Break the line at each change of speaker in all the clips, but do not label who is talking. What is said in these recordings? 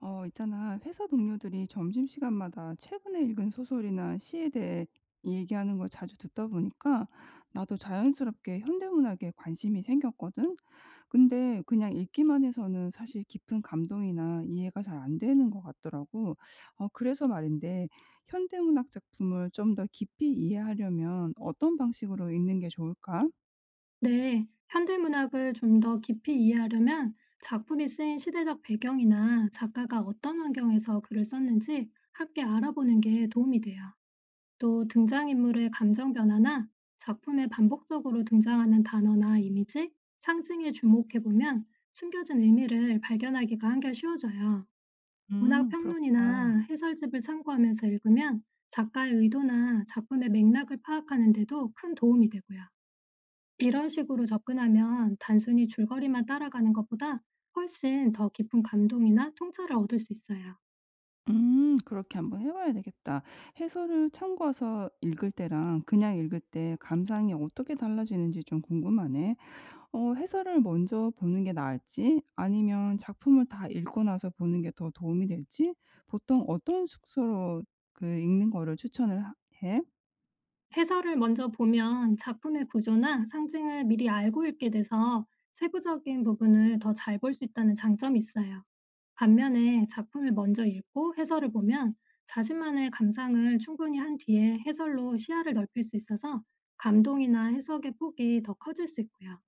있잖아. 회사 동료들이 점심시간마다 최근에 읽은 소설이나 시에 대해 얘기하는 걸 자주 듣다 보니까 나도 자연스럽게 현대문학에 관심이 생겼거든. 근데 그냥 읽기만 해서는 사실 깊은 감동이나 이해가 잘 안 되는 것 같더라고. 그래서 말인데, 현대문학 작품을 좀 더 깊이 이해하려면 어떤 방식으로 읽는 게 좋을까?
네, 현대문학을 좀 더 깊이 이해하려면 작품이 쓰인 시대적 배경이나 작가가 어떤 환경에서 글을 썼는지 함께 알아보는 게 도움이 돼요. 또 등장인물의 감정 변화나 작품에 반복적으로 등장하는 단어나 이미지, 상징에 주목해보면 숨겨진 의미를 발견하기가 한결 쉬워져요. 문학
그렇구나.
평론이나 해설집을 참고하면서 읽으면 작가의 의도나 작품의 맥락을 파악하는 데도 큰 도움이 되고요. 이런 식으로 접근하면 단순히 줄거리만 따라가는 것보다 훨씬 더 깊은 감동이나 통찰을 얻을 수 있어요.
음, 그렇게 한번 해 봐야 되겠다. 해설을 참고해서 읽을 때랑 그냥 읽을 때 감상이 어떻게 달라지는지 좀 궁금하네. 해설을 먼저 보는 게 나을지 아니면 작품을 다 읽고 나서 보는 게 더 도움이 될지 보통 어떤 숙소로 읽는 거를 추천을 하 해?
해설을 먼저 보면 작품의 구조나 상징을 미리 알고 읽게 돼서 세부적인 부분을 더 잘 볼 수 있다는 장점이 있어요. 반면에 작품을 먼저 읽고 해설을 보면 자신만의 감상을 충분히 한 뒤에 해설로 시야를 넓힐 수 있어서 감동이나 해석의 폭이 더 커질 수 있고요.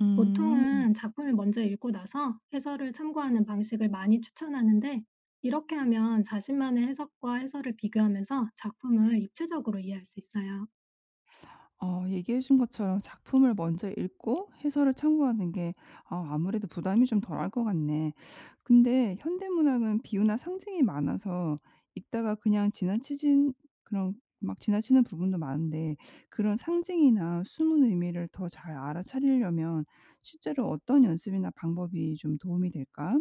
음.
보통은 작품을 먼저 읽고 나서 해설을 참고하는 방식을 많이 추천하는데, 이렇게 하면 자신만의 해석과 해설을 비교하면서 작품을 입체적으로 이해할 수 있어요.
얘기해 준 것처럼 작품을 먼저 읽고 해설을 참고하는 게 아무래도 부담이 좀 덜할 것 같네. 근데 현대문학은 비유나 상징이 많아서 읽다가 그냥 지나치진 그런 막 지나치는 부분도 많은데, 그런 상징이나 숨은 의미를 더 잘 알아차리려면 실제로 어떤 연습이나 방법이 좀 도움이 될까?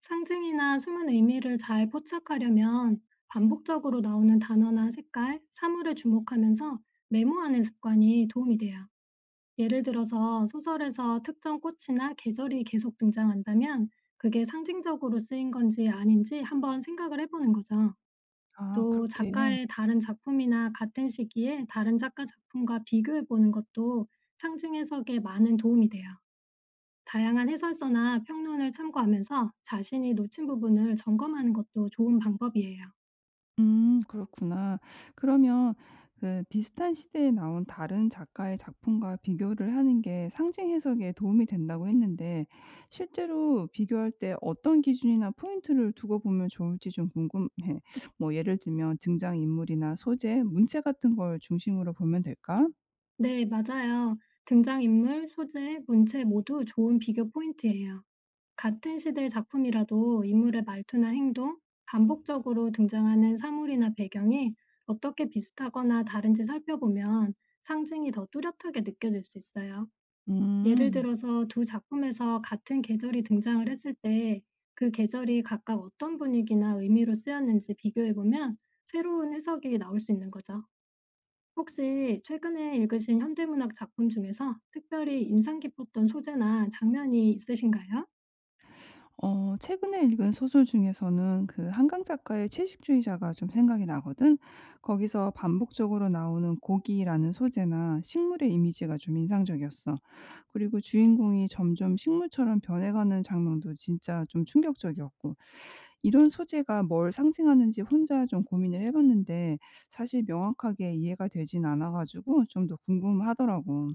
상징이나 숨은 의미를 잘 포착하려면 반복적으로 나오는 단어나 색깔, 사물에 주목하면서 메모하는 습관이 도움이 돼요. 예를 들어서 소설에서 특정 꽃이나 계절이 계속 등장한다면 그게 상징적으로 쓰인 건지 아닌지 한번 생각을 해보는 거죠.
아,
또
그렇게
작가의 다른 작품이나 같은 시기에 다른 작가 작품과 비교해 보는 것도 상징 해석에 많은 도움이 돼요. 다양한 해설서나 평론을 참고하면서 자신이 놓친 부분을 점검하는 것도 좋은 방법이에요.
음, 그렇구나. 그러면 비슷한 시대에 나온 다른 작가의 작품과 비교를 하는 게 상징 해석에 도움이 된다고 했는데, 실제로 비교할 때 어떤 기준이나 포인트를 두고 보면 좋을지 좀 궁금해. 뭐 예를 들면 등장인물이나 소재, 문체 같은 걸 중심으로 보면 될까?
네, 맞아요. 등장인물, 소재, 문체 모두 좋은 비교 포인트예요. 같은 시대 작품이라도 인물의 말투나 행동, 반복적으로 등장하는 사물이나 배경이 어떻게 비슷하거나 다른지 살펴보면 상징이 더 뚜렷하게 느껴질 수 있어요. 예를
음.
들어서 두 작품에서 같은 계절이 등장을 했을 때 그 계절이 각각 어떤 분위기나 의미로 쓰였는지 비교해보면 새로운 해석이 나올 수 있는 거죠. 혹시 최근에 읽으신 현대문학 작품 중에서 특별히 인상 깊었던 소재나 장면이 있으신가요?
최근에 읽은 소설 중에서는 한강 작가의 채식주의자가 좀 생각이 나거든. 거기서 반복적으로 나오는 고기라는 소재나 식물의 이미지가 좀 인상적이었어. 그리고 주인공이 점점 식물처럼 변해가는 장면도 진짜 좀 충격적이었고. 이런 소재가 뭘 상징하는지 혼자 좀 고민을 해 봤는데 사실 명확하게 이해가 되진 않아 가지고 좀 더 궁금하더라고.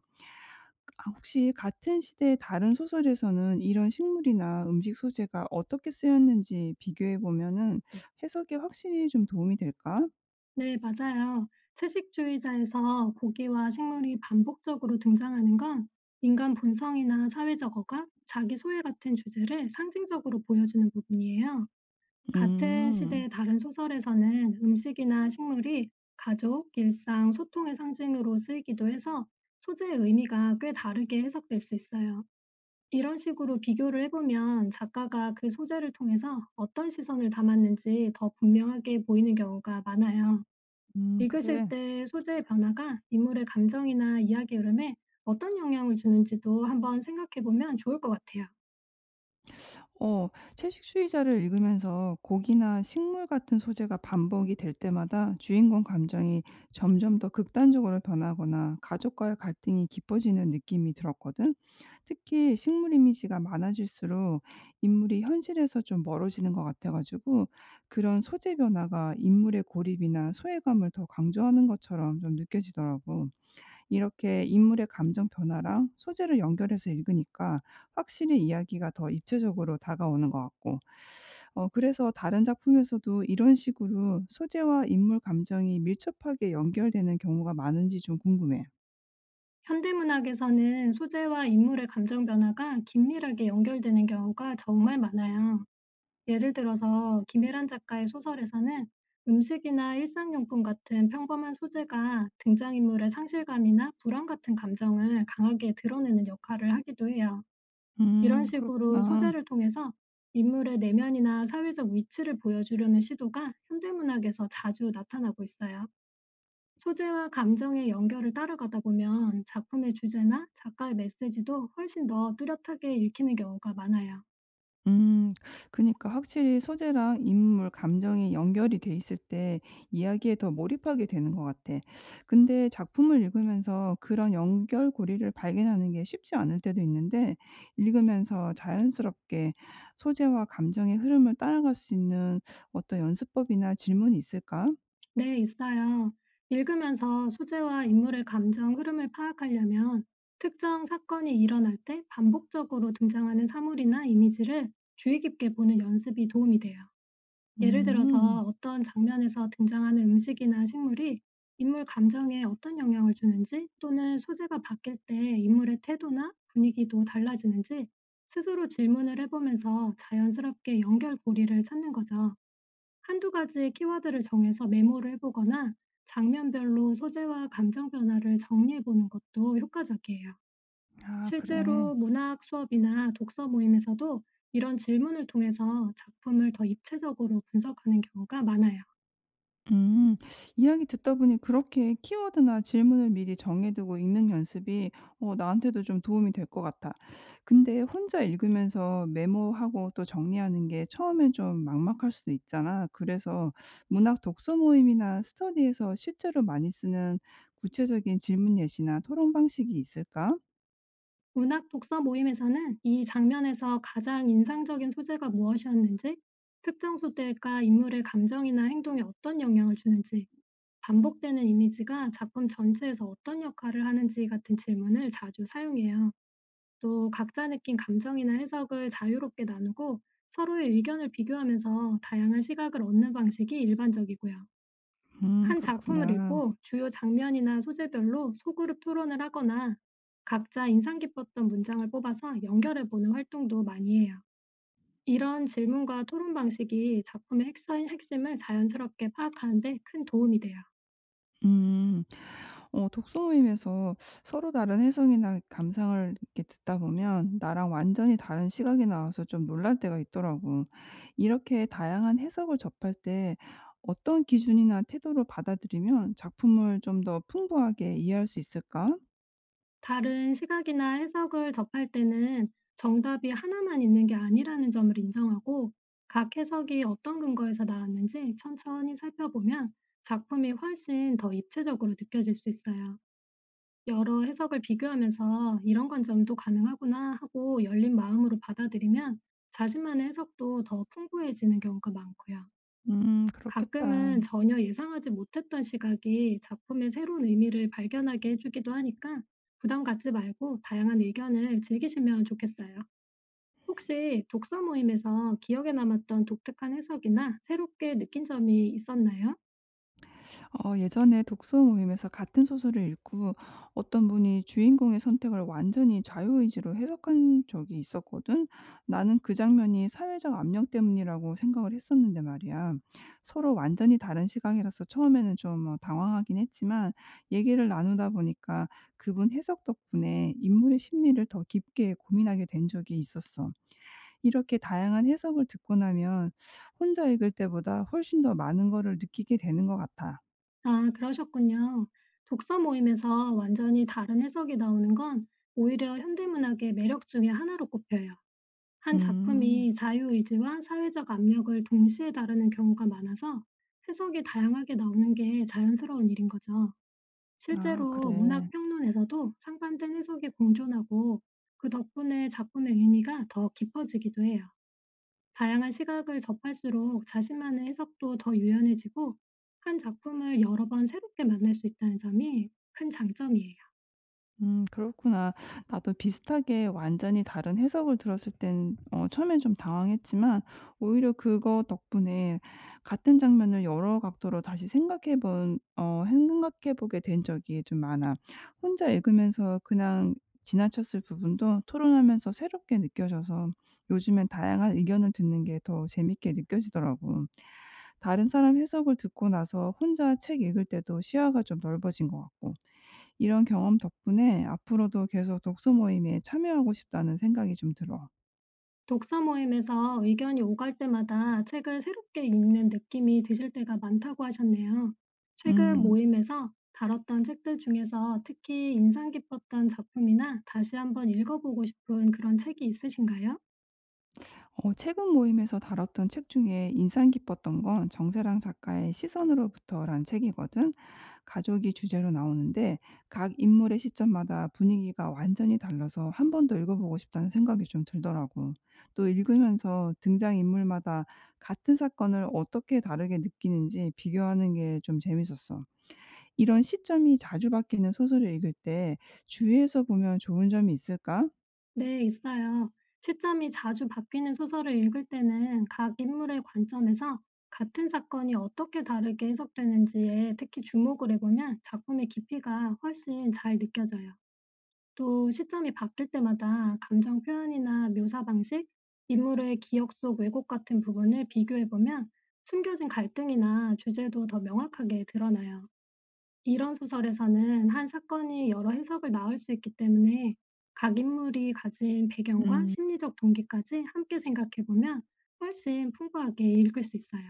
혹시 같은 시대의 다른 소설에서는 이런 식물이나 음식 소재가 어떻게 쓰였는지 비교해 보면은 해석에 확실히 좀 도움이 될까?
네, 맞아요. 채식주의자에서 고기와 식물이 반복적으로 등장하는 건 인간 본성이나 사회적 어감, 자기 소외 같은 주제를 상징적으로 보여주는 부분이에요. 같은
음.
시대의 다른 소설에서는 음식이나 식물이 가족, 일상, 소통의 상징으로 쓰이기도 해서 소재의 의미가 꽤 다르게 해석될 수 있어요. 이런 식으로 비교를 해보면 작가가 그 소재를 통해서 어떤 시선을 담았는지 더 분명하게 보이는 경우가 많아요.
음,
읽으실
그래.
때 소재의 변화가 인물의 감정이나 이야기 흐름에 어떤 영향을 주는지도 한번 생각해 보면 좋을 것 같아요.
어 채식주의자를 읽으면서 곡이나 식물 같은 소재가 반복이 될 때마다 주인공 감정이 점점 더 극단적으로 변하거나 가족과의 갈등이 깊어지는 느낌이 들었거든. 특히 식물 이미지가 많아질수록 인물이 현실에서 좀 멀어지는 것 같아 가지고 그런 소재 변화가 인물의 고립이나 소외감을 더 강조하는 것처럼 좀 느껴지더라고. 이렇게 인물의 감정 변화랑 소재를 연결해서 읽으니까 확실히 이야기가 더 입체적으로 다가오는 것 같고, 그래서 다른 작품에서도 이런 식으로 소재와 인물 감정이 밀접하게 연결되는 경우가 많은지 좀 궁금해.
현대문학에서는 소재와 인물의 감정 변화가 긴밀하게 연결되는 경우가 정말 많아요. 예를 들어서 김혜란 작가의 소설에서는 음식이나 일상용품 같은 평범한 소재가 등장인물의 상실감이나 불안 같은 감정을 강하게 드러내는 역할을 하기도 해요. 이런 식으로
그렇구나.
소재를 통해서 인물의 내면이나 사회적 위치를 보여주려는 시도가 현대문학에서 자주 나타나고 있어요. 소재와 감정의 연결을 따라가다 보면 작품의 주제나 작가의 메시지도 훨씬 더 뚜렷하게 읽히는 경우가 많아요.
음. 그니까 러 확실히 소재랑 인물, 감정이 연결이 돼 있을 때 이야기에 더 몰입하게 되는 것 같아. 근데 작품을 읽으면서 그런 연결고리를 발견하는 게 쉽지 않을 때도 있는데, 읽으면서 자연스럽게 소재와 감정의 흐름을 따라갈 수 있는 어떤 연습법이나 질문이 있을까?
네, 있어요. 읽으면서 소재와 인물의 감정 흐름을 파악하려면 특정 사건이 일어날 때 반복적으로 등장하는 사물이나 이미지를 주의 깊게 보는 연습이 도움이 돼요. 예를
음.
들어서 어떤 장면에서 등장하는 음식이나 식물이 인물 감정에 어떤 영향을 주는지, 또는 소재가 바뀔 때 인물의 태도나 분위기도 달라지는지 스스로 질문을 해보면서 자연스럽게 연결고리를 찾는 거죠. 한두 가지 키워드를 정해서 메모를 해보거나 장면별로 소재와 감정 변화를 정리해보는 것도 효과적이에요.
아, 그래.
실제로 문학 수업이나 독서 모임에서도 이런 질문을 통해서 작품을 더 입체적으로 분석하는 경우가 많아요.
음. 이야기 듣다 보니 그렇게 키워드나 질문을 미리 정해 두고 읽는 연습이 나한테도 좀 도움이 될 것 같아. 근데 혼자 읽으면서 메모하고 또 정리하는 게 처음엔 좀 막막할 수도 있잖아. 그래서 문학 독서 모임이나 스터디에서 실제로 많이 쓰는 구체적인 질문 예시나 토론 방식이 있을까?
문학 독서 모임에서는 이 장면에서 가장 인상적인 소재가 무엇이었는지, 특정 소재가 인물의 감정이나 행동에 어떤 영향을 주는지, 반복되는 이미지가 작품 전체에서 어떤 역할을 하는지 같은 질문을 자주 사용해요. 또 각자 느낀 감정이나 해석을 자유롭게 나누고 서로의 의견을 비교하면서 다양한 시각을 얻는 방식이 일반적이고요.
음,
한 작품을
그렇구나.
읽고 주요 장면이나 소재별로 소그룹 토론을 하거나 각자 인상 깊었던 문장을 뽑아서 연결해보는 활동도 많이 해요. 이런 질문과 토론 방식이 작품의 핵심을 자연스럽게 파악하는 데 큰 도움이 돼요.
음. 독서 모임에서 서로 다른 해석이나 감상을 이렇게 듣다 보면 나랑 완전히 다른 시각이 나와서 좀 놀랄 때가 있더라고. 이렇게 다양한 해석을 접할 때 어떤 기준이나 태도로 받아들이면 작품을 좀 더 풍부하게 이해할 수 있을까?
다른 시각이나 해석을 접할 때는 정답이 하나만 있는 게 아니라는 점을 인정하고, 각 해석이 어떤 근거에서 나왔는지 천천히 살펴보면 작품이 훨씬 더 입체적으로 느껴질 수 있어요. 여러 해석을 비교하면서 이런 관점도 가능하구나 하고 열린 마음으로 받아들이면 자신만의 해석도 더 풍부해지는 경우가 많고요.
그렇겠다.
가끔은 전혀 예상하지 못했던 시각이 작품의 새로운 의미를 발견하게 해주기도 하니까 부담 갖지 말고 다양한 의견을 즐기시면 좋겠어요. 혹시 독서 모임에서 기억에 남았던 독특한 해석이나 새롭게 느낀 점이 있었나요?
예전에 독서 모임에서 같은 소설을 읽고 어떤 분이 주인공의 선택을 완전히 자유의지로 해석한 적이 있었거든. 나는 그 장면이 사회적 압력 때문이라고 생각을 했었는데 말이야. 서로 완전히 다른 시각이라서 처음에는 좀뭐 당황하긴 했지만 얘기를 나누다 보니까 그분 해석 덕분에 인물의 심리를 더 깊게 고민하게 된 적이 있었어. 이렇게 다양한 해석을 듣고 나면 혼자 읽을 때보다 훨씬 더 많은 거를 느끼게 되는 것 같아.
아, 그러셨군요. 독서 모임에서 완전히 다른 해석이 나오는 건 오히려 현대문학의 매력 중에 하나로 꼽혀요. 한
음.
작품이 자유의지와 사회적 압력을 동시에 다루는 경우가 많아서 해석이 다양하게 나오는 게 자연스러운 일인 거죠.
아,
실제로 문학
그래.
평론에서도 상반된 해석이 공존하고, 그 덕분에 작품의 의미가 더 깊어지기도 해요. 다양한 시각을 접할수록 자신만의 해석도 더 유연해지고 한 작품을 여러 번 새롭게 만날 수 있다는 점이 큰 장점이에요.
음, 그렇구나. 나도 비슷하게 완전히 다른 해석을 들었을 땐 처음엔 좀 당황했지만 오히려 그거 덕분에 같은 장면을 여러 각도로 다시 생각해 본 어 생각해 보게 된 적이 좀 많아. 혼자 읽으면서 그냥 지나쳤을 부분도 토론하면서 새롭게 느껴져서 요즘엔 다양한 의견을 듣는 게 더 재밌게 느껴지더라고. 다른 사람 해석을 듣고 나서 혼자 책 읽을 때도 시야가 좀 넓어진 것 같고. 이런 경험 덕분에 앞으로도 계속 독서 모임에 참여하고 싶다는 생각이 좀 들어.
독서 모임에서 의견이 오갈 때마다 책을 새롭게 읽는 느낌이 드실 때가 많다고 하셨네요. 최근
음.
모임에서 다뤘던 책들 중에서 특히 인상 깊었던 작품이나 다시 한번 읽어보고 싶은 그런 책이 있으신가요?
최근 모임에서 다뤘던 책 중에 인상 깊었던 건 정세랑 작가의 시선으로부터란 책이거든. 가족이 주제로 나오는데 각 인물의 시점마다 분위기가 완전히 달라서 한 번 더 읽어보고 싶다는 생각이 좀 들더라고. 또 읽으면서 등장인물마다 같은 사건을 어떻게 다르게 느끼는지 비교하는 게 좀 재밌었어. 이런 시점이 자주 바뀌는 소설을 읽을 때 주위에서 보면 좋은 점이 있을까?
네, 있어요. 시점이 자주 바뀌는 소설을 읽을 때는 각 인물의 관점에서 같은 사건이 어떻게 다르게 해석되는지에 특히 주목을 해보면 작품의 깊이가 훨씬 잘 느껴져요. 또 시점이 바뀔 때마다 감정 표현이나 묘사 방식, 인물의 기억 속 왜곡 같은 부분을 비교해 보면 숨겨진 갈등이나 주제도 더 명확하게 드러나요. 이런 소설에서는 한 사건이 여러 해석을 나올 수 있기 때문에 각 인물이 가진 배경과
음.
심리적 동기까지 함께 생각해 보면 훨씬 풍부하게 읽을 수 있어요.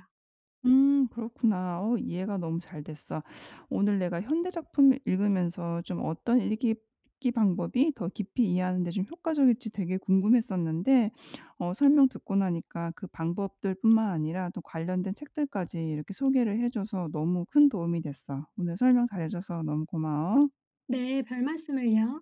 음, 그렇구나. 어, 이해가 너무 잘 됐어. 오늘 내가 현대 작품을 읽으면서 좀 어떤 읽기 방법이 더 깊이 이해하는 데 좀 효과적일지 되게 궁금했었는데, 설명 듣고 나니까 그 방법들뿐만 아니라 또 관련된 책들까지 이렇게 소개를 해 줘서 너무 큰 도움이 됐어. 오늘 설명 잘해 줘서 너무 고마워.
네, 별 말씀을요.